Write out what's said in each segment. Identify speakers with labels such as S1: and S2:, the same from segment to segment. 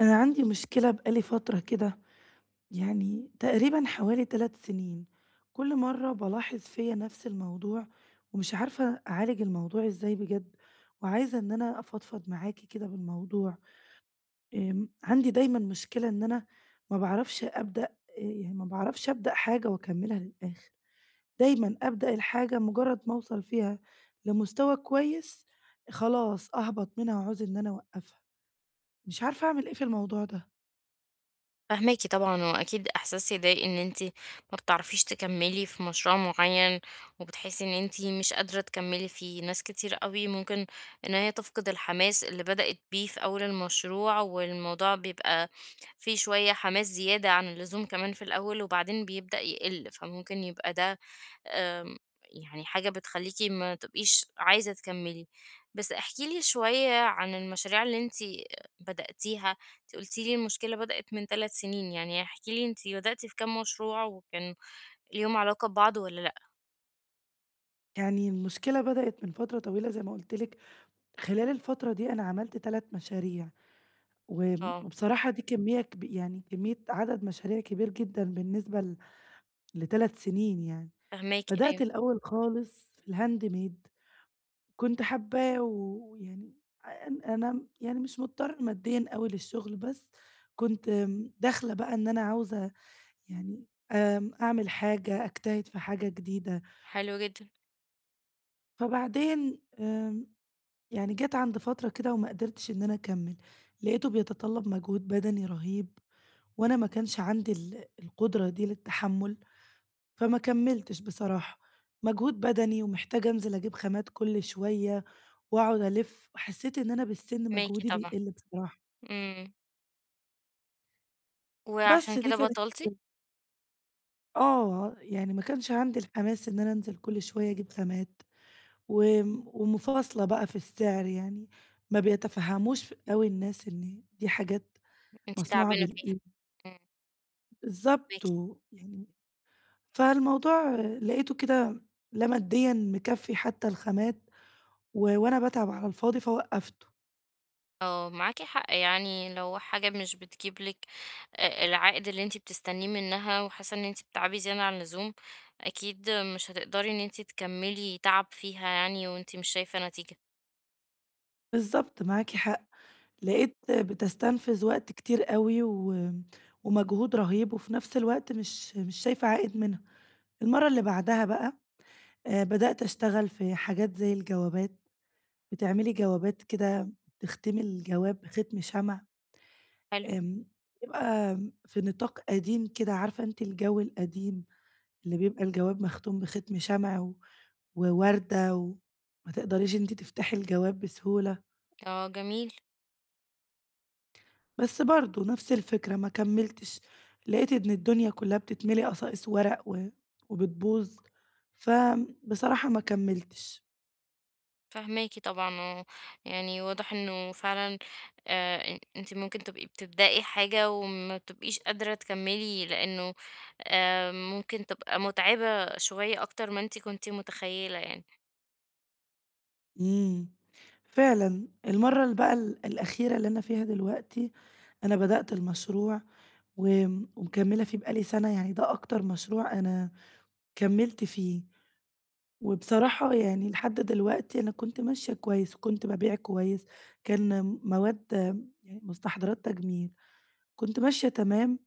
S1: أنا عندي مشكلة بقى لي فترة كده، يعني تقريبًا حوالي 3 سنين، كل مرّة بالاحظ فيّا نفس الموضوع، ومش عارفة أعالج الموضوع إزاي بجد، وعايزة إن أنا أفضفض معاكِ كده بالموضوع. عندي دايمًا مشكلة إن أنا ما باعرفش أبدأ، يعني ما باعرفش أبدأ حاجة وأكمّلها للآخر، دايمًا أبدأ الحاجة مجرّد ما أوصل فيها لمستوى كويس، خلاص أهبط منها وأعوز إن أنا أوقّفها، مش عارفة أعمل إيه في الموضوع ده.
S2: فاهماكِ طبعًا، وأكيد إحساس يضايق إن أنتِ ما بتعرفيش تكمّلي في مشروع معيّن، وبتحسّي إن أنتِ مش قادرة تكمّلي فيه. ناس كتير أوي ممكن إن هي تفقد الحماس اللي بدأت بيه في أول المشروع، والموضوع بيبقى فيه شوية حماس زيادة عن اللزوم كمان في الأول، وبعدين بيبدأ يقِل، فممكن يبقى ده آه، يعني حاجة بتخلّيكِ ما تبقيش عايزة تكمّلي. بس احكي لي شوية عن المشاريع اللي أنتِ بدأتيها، أنتِ قُلتِ لي المشكلة بدأت من 3 سنين، يعني احكي لي أنتِ بدأتِ في كام مشروع وكان ليهم علاقة ببعض والّا لأ؟
S1: يعني المشكلة بدأت من فترة طويلة زي ما قُلت لِك، خلال الفترة دي أنا عملت 3 مشاريع، وآمم،
S2: آه.
S1: وبصراحة دي كمية كب يعني كمية عدد مشاريع كبير جدًا بالنسبة ل3 سنين يعني.
S2: فاهماكِ.
S1: بدأت
S2: أيوه.
S1: الأول خالص في الhandmade، كنت حاباه ويعني أن أنا يعني مش مضطرة ماديًا أوي للشغل، بس كنت، داخلة بقى إن أنا عاوزة يعني، أعمل حاجة، أجتهد في حاجة جديدة.
S2: حلو جدًا.
S1: فبعدين يعني جات عند فترة كده وما قدرتش إن أنا أكمّل، لقيته بيتطلّب مجهود بدني رهيب، وأنا ما كانش عندي القدرة دي للتحمُّل، فما كمّلتش بصراحة، مجهود بدني ومحتاجة أنزل أجيب خامات كل شوية وأقعد ألِف، حسّيت إن أنا بالسِن
S2: فاهماكِ
S1: مجهودي
S2: طبعًا.
S1: بيقِل بصراحة،
S2: إمم،
S1: بس
S2: وعشان
S1: دي
S2: كده
S1: كانت،
S2: بطّلتِ؟
S1: يعني ما كانش عندي الحماس إن أنا أنزل كل شوية أجيب خامات، وم ومُفاصلة بقى في السعر يعني، ما بيتفهّموش أوي الناس إن دي حاجات
S2: أنتِ
S1: مصنوعة
S2: تعبانة فيها.
S1: بالإيد.
S2: إمم،
S1: بالضبط
S2: فاهماكِ.
S1: و يعني فالموضوع لقيته كده لا ماديًا مكفّي حتى الخامات و وأنا باتعب على الفاضي فوقّفته.
S2: اه، معاكي حق، يعني لو حاجة مش بتجيب لك العائد اللي انتي بتستنيه منها وحاسة ان انتي بتتعبي زيادة عن اللزوم، اكيد مش هتقدري ان انتي تكملي تعب فيها، يعني وانتي مش شايفة نتيجة.
S1: بالضبط، معاكِ حق، لقيت بتستنفذ وقت كتير أوي و ومجهود رهيب وفي نفس الوقت مش شايفة عائد منها. المَرّة اللي بعدها بقى، بدأت أشتغل في حاجات زي الجوابات، بتعملي جوابات كده تختمي الجواب ختم شمع،
S2: حلو.
S1: آمم، يبقى في نطاق قديم كده، عارفة أنتِ الجو القديم اللي بيبقى الجواب مختوم بختم شمع و ووردة وما تقدريش أنتِ تفتحي الجواب بسهولة،
S2: اه. جميل.
S1: بس برضه نفس الفكرة ما كمّلتش، لقيت إن الدنيا كلّها بتتملي قصائص ورق و وبتبوظ، فبصراحة ما كمّلتش.
S2: فهماكي طبعا. اه يعني واضح انه فعلا، انتي ممكن تبقي بتبدأي حاجة وما تبقيش قادرة تكملي لانه ممكن تبقى متعبة شوية اكتر ما انتي كنتي متخيلة يعني.
S1: إمم، فعلًا المَرّة بقى الأخيرة اللي أنا فيها دلوقتي، أنا بدأت المشروع وم ومكمّلة فيه بقى لي سَنة، يعني ده أكتر مشروع أنا كمّلت فيه. وبصراحة يعني لحد دلوقتي أنا كنت ماشية كويس، وكنت بابيع كويس، كان مواد يعني مستحضرات تجميل، كنت ماشية تمام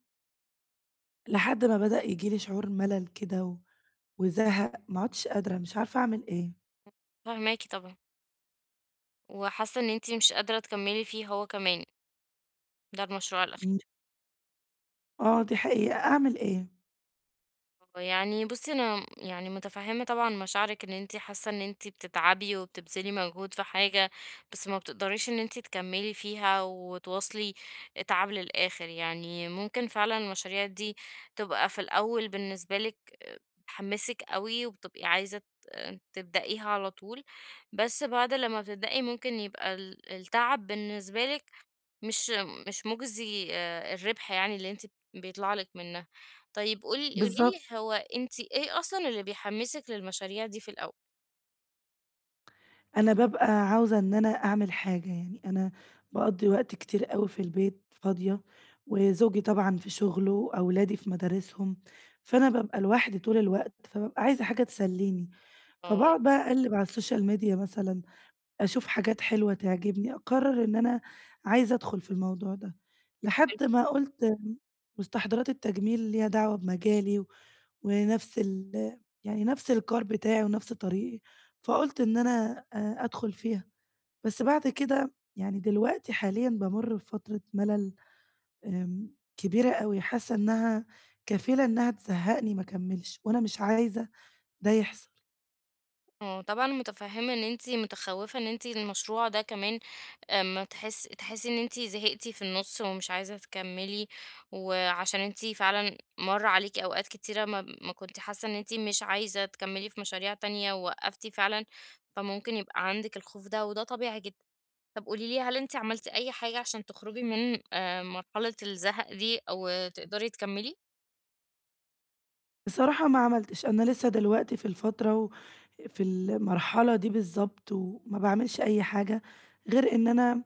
S1: لحد ما بدأ ييجي لي شعور ملل كده و وزَهَق، ما عُدتش قادرة، مش عارفة أعمل إيه.
S2: فهماكي طبعا، وحاسة إن أنتِ مش قادرة تكمّلي فيه هو كمان، ده المشروع الأخير.
S1: إمم. آه دي حقيقة، أعمل إيه؟
S2: يعني بُصّي، أنا يعني متفهّمة طبعًا مشاعرِك، إن أنتِ حاسة إن أنتِ بتتعبي وبتبذلي مجهود في حاجة، بس ما بتقدريش إن أنتِ تكمّلي فيها وتواصلي التعب للآخر. يعني ممكن فعلًا المشاريع دي تبقى في الأول بالنسبة لِك بتحمّسِك أوي وبتبقي عايزة تبدئيها على طول، بس بعد لمّا بتبدئي ممكن يبقى التعب بالنسبة لِك مش مش مُجزي، الربح يعني اللي أنتِ بيطلع لِك منها. طيب قولي
S1: بالضبط.
S2: لي، هو أنتِ إيه أصلًا اللي بيحمّسِك للمشاريع دي في الأول؟
S1: أنا بابقى عاوزة إن أنا أعمل حاجة، يعني أنا باقضّي وقت كتير أوي في البيت فاضية، وزوجي طبعًا في شغله وأولادي في مدارسهم، فأنا بابقى لوحدي طول الوقت، فبابقى عايزة حاجة تسلّيني،
S2: آه.
S1: فباقعد بقى أقلِّب على السوشيال ميديا مثلًا، أشوف حاجات حلوة تعجبني، أقرر إن أنا عايزة أدخل في الموضوع ده، لحد ما قُلت مستحضرات التجميل ليها دعوة بمجالي ونفس ال، يعني نفس الCar بتاعي ونفس طريقي، فقُلت إن أنا، أدخل فيها، بس بعد كده يعني دلوقتي حاليًا بامُر بفترة ملل آمم كبيرة أوي، حاسة إنها كفيلة إنها تزهقني ما أكمّلش، وأنا مش عايزة ده يحصل.
S2: طبعًا متفهّمة إن أنتِ متخوّفة إن أنتِ المشروع ده كمان أمّا تحس تحسّي إن أنتِ زهقتِ في النُص ومش عايزة تكمّلي، وعشان أنتِ فعلًا مَر عليكِ أوقات كتيرة ما كنتِ حاسة إن أنتِ مش عايزة تكمّلي في مشاريع تانية ووقّفتِ فعلًا، فممكن يبقى عندِك الخوف ده، وده طبيعي جدًا. طب قولي لي، هل أنتِ عملتِ أي حاجة عشان تخرجي من مرحلة الزهق دي أو تقدري تكمّلي؟
S1: بصراحة ما عملتش، أنا لسه دلوقتي في الفترة في المرحلة دي بالضبط، وما باعملش أي حاجة غير إن أنا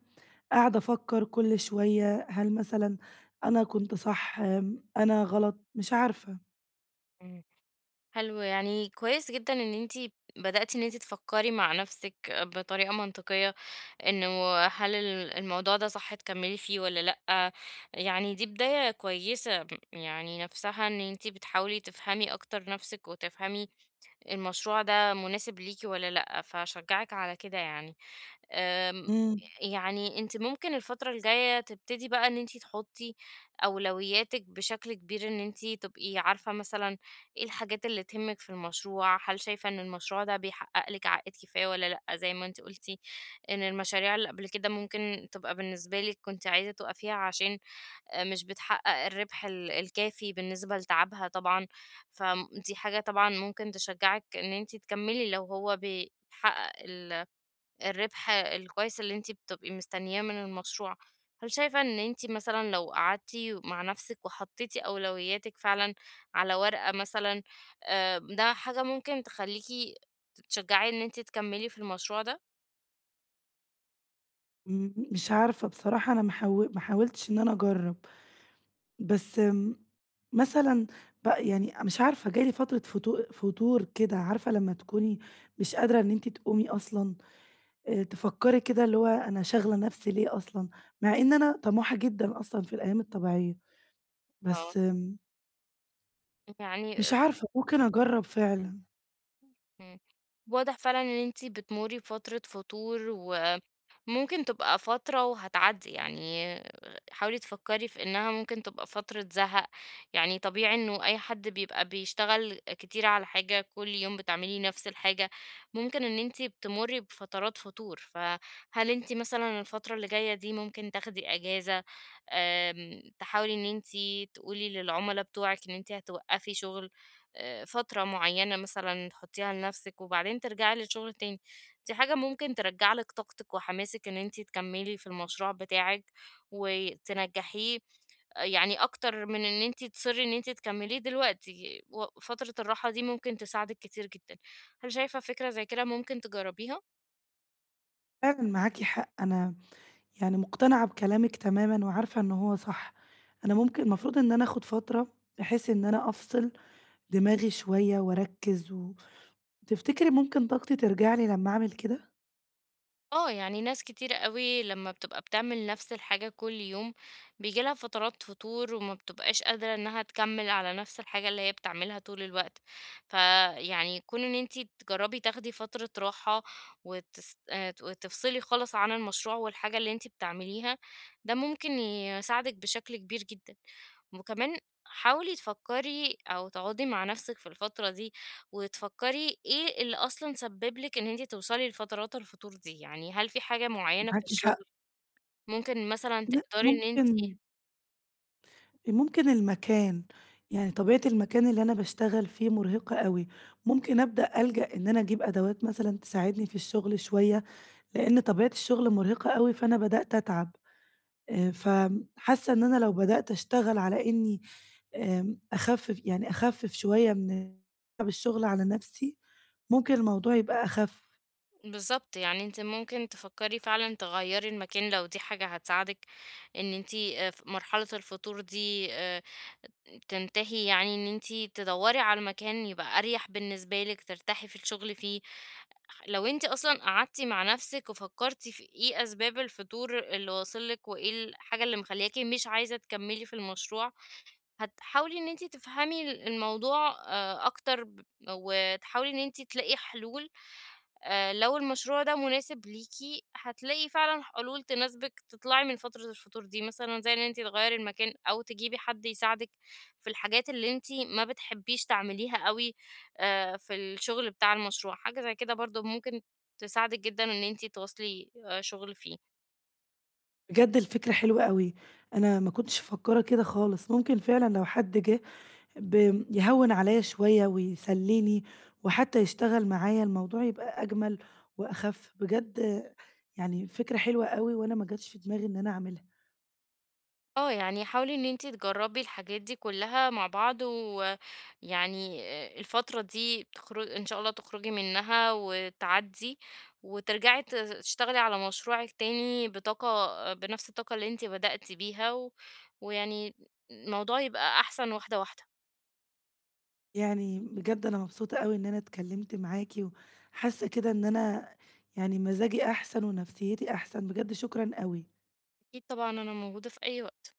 S1: قاعدة أفكّر كل شوية، هل مثلًا أنا كنت صح، أنا غلط؟ مش عارفة.
S2: إمم. حلو، يعني كويس جدًا إن أنتِ بدأتِ إن أنتِ تفكّري مع نَفْسِك بطريقة منطقية، إنه هل الموضوع ده صح تكمّلي فيه والّا لأ. يعني دي بداية كويسة، يعني نَفْسها إن أنتِ بتحاولي تفهمي أكتر نَفْسِك وتفهمي المشروع ده مناسب ليكِ والّا لأ، فاشجّعِك على كده يعني. آمم،
S1: إمم.
S2: يعني أنتِ ممكن الفترة الجاية تبتدي بقى إن أنتِ تحطّي أولوياتِك بشكل كبير، إن أنتِ تبقي عارفة مثلًا إيه الحاجات اللي تهمِّك في المشروع، هل شايفة إن المشروع ده بيحقق لِك عائد كفاية والّا لأ؟ زي ما أنتِ قُلتِ إن المشاريع اللي قبل كده ممكن تبقى بالنسبة لِك كنتِ عايزة توقفيها عشان مش بتحقق الربح الكافي بالنسبة لتعبها طبعًا، فدي حاجة طبعًا ممكن تشجّعِك إن أنتِ تكمّلي لو هو بيحقق الربح الكويس اللي أنتِ بتبقي مستنياه من المشروع. هل شايفة إن أنتِ مثلًا لو قعدتِ مع نفسِك وحطيتِ أولوياتِك فعلًا على ورقة مثلًا، ده حاجة ممكن تخلّيكِ تتشجعي إن أنتِ تكمّلي في المشروع ده؟
S1: مش عارفة بصراحة أنا ما حاولتش إن أنا أجرّب، بس، مثلًا يعني مش عارفة جه لي فترة فتور كده، عارفة لمّا تكوني مش قادرة إن أنتِ تقومي أصلًا، تفكّري كده اللي هو أنا شاغلة نفسي ليه أصلًا، مع إن أنا طموحة جدًا أصلًا في الأيام الطبيعية.
S2: آه.
S1: بس
S2: يعني
S1: مش عارفة ممكن أجرّب فعلًا.
S2: إمم، واضح فعلًا إن أنتِ بتمُرّي بفترة فتور، و ممكن تبقى فترة وهتعدي يعني. حاولي تفكري في إنها ممكن تبقى فترة زهق، يعني طبيعي إنه أي حد بيبقى بيشتغل كتير على حاجة كل يوم بتعملي نفس الحاجة ممكن إن انتي بتمري بفترات فتور. فهل انتي مثلا الفترة اللي جاية دي ممكن تاخدي أجازة، تحاولي إن انتي تقولي للعملاء بتوعك إن انتي هتوقفي شغل فترة معينة مثلا، تحطيها لنفسك وبعدين ترجعي للشغل تاني؟ دي حاجة ممكن ترجع لِك طاقتِك وحماسِك إن أنتِ تكمّلي في المشروع بتاعِك وتنجّحيه، يعني أكتر من إن أنتِ تصرّي إن أنتِ تكمّليه دلوقتي، و فترة الراحة دي ممكن تساعدِك كتير جدًا. هل شايفة فكرة زي كده ممكن تجرّبيها؟
S1: فعلًا معاكِ حق، أنا يعني مقتنعة بكلامِك تمامًا وعارفة إن هو صح، أنا ممكن المفروض إن أنا آخُد فترة بحيث إن أنا أفصِل دماغي شوية وأركّز و، تفتكري ممكن طاقتي ترجع لي لمّا أعمل كده؟
S2: يعني ناس كتير أوي لمّا بتبقى بتعمل نفس الحاجة كل يوم، بييجي لها فترات فتور وما بتبقاش قادرة إنها تكمّل على نفس الحاجة اللي هي بتعملها طول الوقت. فيعني كون إن أنتِ تجرّبي تاخدي فترة راحة وتس وتفصلي خالص عن المشروع والحاجة اللي أنتِ بتعمليها، ده ممكن يساعدِك بشكل كبير جدًا. وكمان حاولي تفكّري أو تقعدي مع نفسِك في الفترة دي وتفكّري إيه اللي أصلًا سبّب لِك إن أنتِ توصلي لفترات الفتور دي، يعني هل في حاجة معيّنة في
S1: معاكِ حق،
S2: الشغل ممكن مثلًا
S1: لأ
S2: تقدري إن أنتِ.
S1: ممكن المكان، يعني طبيعة المكان اللي أنا باشتغل فيه مُرهقة أوي، ممكن أبدأ ألجأ إن أنا أجيب أدوات مثلًا تساعدني في الشغل شوية، لإن طبيعة الشغل مُرهقة أوي، فأنا بدأت أتعب. فحاسة إن أنا لو بدأت أشتغل على إني، أخفِّف يعني أخفِّف شوية من تعب الشغل على نَفْسي، ممكن الموضوع يبقى أخَف.
S2: بالضبط، يعني أنتِ ممكن تفكّري فعلًا تغيّري المكان لو دي حاجة هتساعدِك إن أنتِ ف مرحلة الفتور دي تنتهي، يعني إن أنتِ تدوّري على مكان يبقى أريح بالنسبة لِك، ترتاحي في الشغل فيه. لو أنتِ أصلًا قعدتِ مع نَفْسِك وفكّرتِ في إيه أسباب الفتور اللي واصل لِك وإيه الحاجة اللي مخلّياكِ مش عايزة تكمّلي في المشروع، هتحاولي إن أنتِ تفهمي الموضوع أكتر وتحاولي إن أنتِ تلاقي حلول. لو المشروع ده مناسب ليكِ هتلاقي فعلًا حلول تناسبِك تطلعي من فترة الفطور دي، مثلًا زي إن أنتِ تغيّري المكان أو تجيبي حد يساعدِك في الحاجات اللي أنتِ ما بتحبيش تعمليها أوي في الشغل بتاع المشروع. حاجة زي كده برضه ممكن تساعدِك جدًا إن أنتِ تواصلي شغل فيه.
S1: بجد الفكرة حلوة أوي، أنا ما كنتش مفكّرة كده خالص، ممكن فعلًا لو حد جه ب يهوِّن عليّا شوية ويسلّيني وحتى يشتغل معايا، الموضوع يبقى أجمل وأخَف. بجد يعني فكرة حلوة أوي وأنا ما جاتش في دماغي إن أنا أعملها.
S2: يعني حاولي إن أنتِ تجرّبي الحاجات دي كلّها مع بعض، ويعني الفترة دي إن شاء الله تخرجي منها وتعدّي، وترجعي تشتغلي على مشروعِك تاني بنفس الطاقة اللي أنتِ بدأتِ بيها، ويعني الموضوع يبقى أحسن واحدة، واحدة.
S1: يعني بجد أنا مبسوطة أوي إن أنا اتكلمت معاكِ، وحاسة كده إن أنا يعني مزاجي أحسن ونفسيتي أحسن، بجد شكرًا أوي.
S2: أكيد طبعًا، أنا موجودة في أي وقت.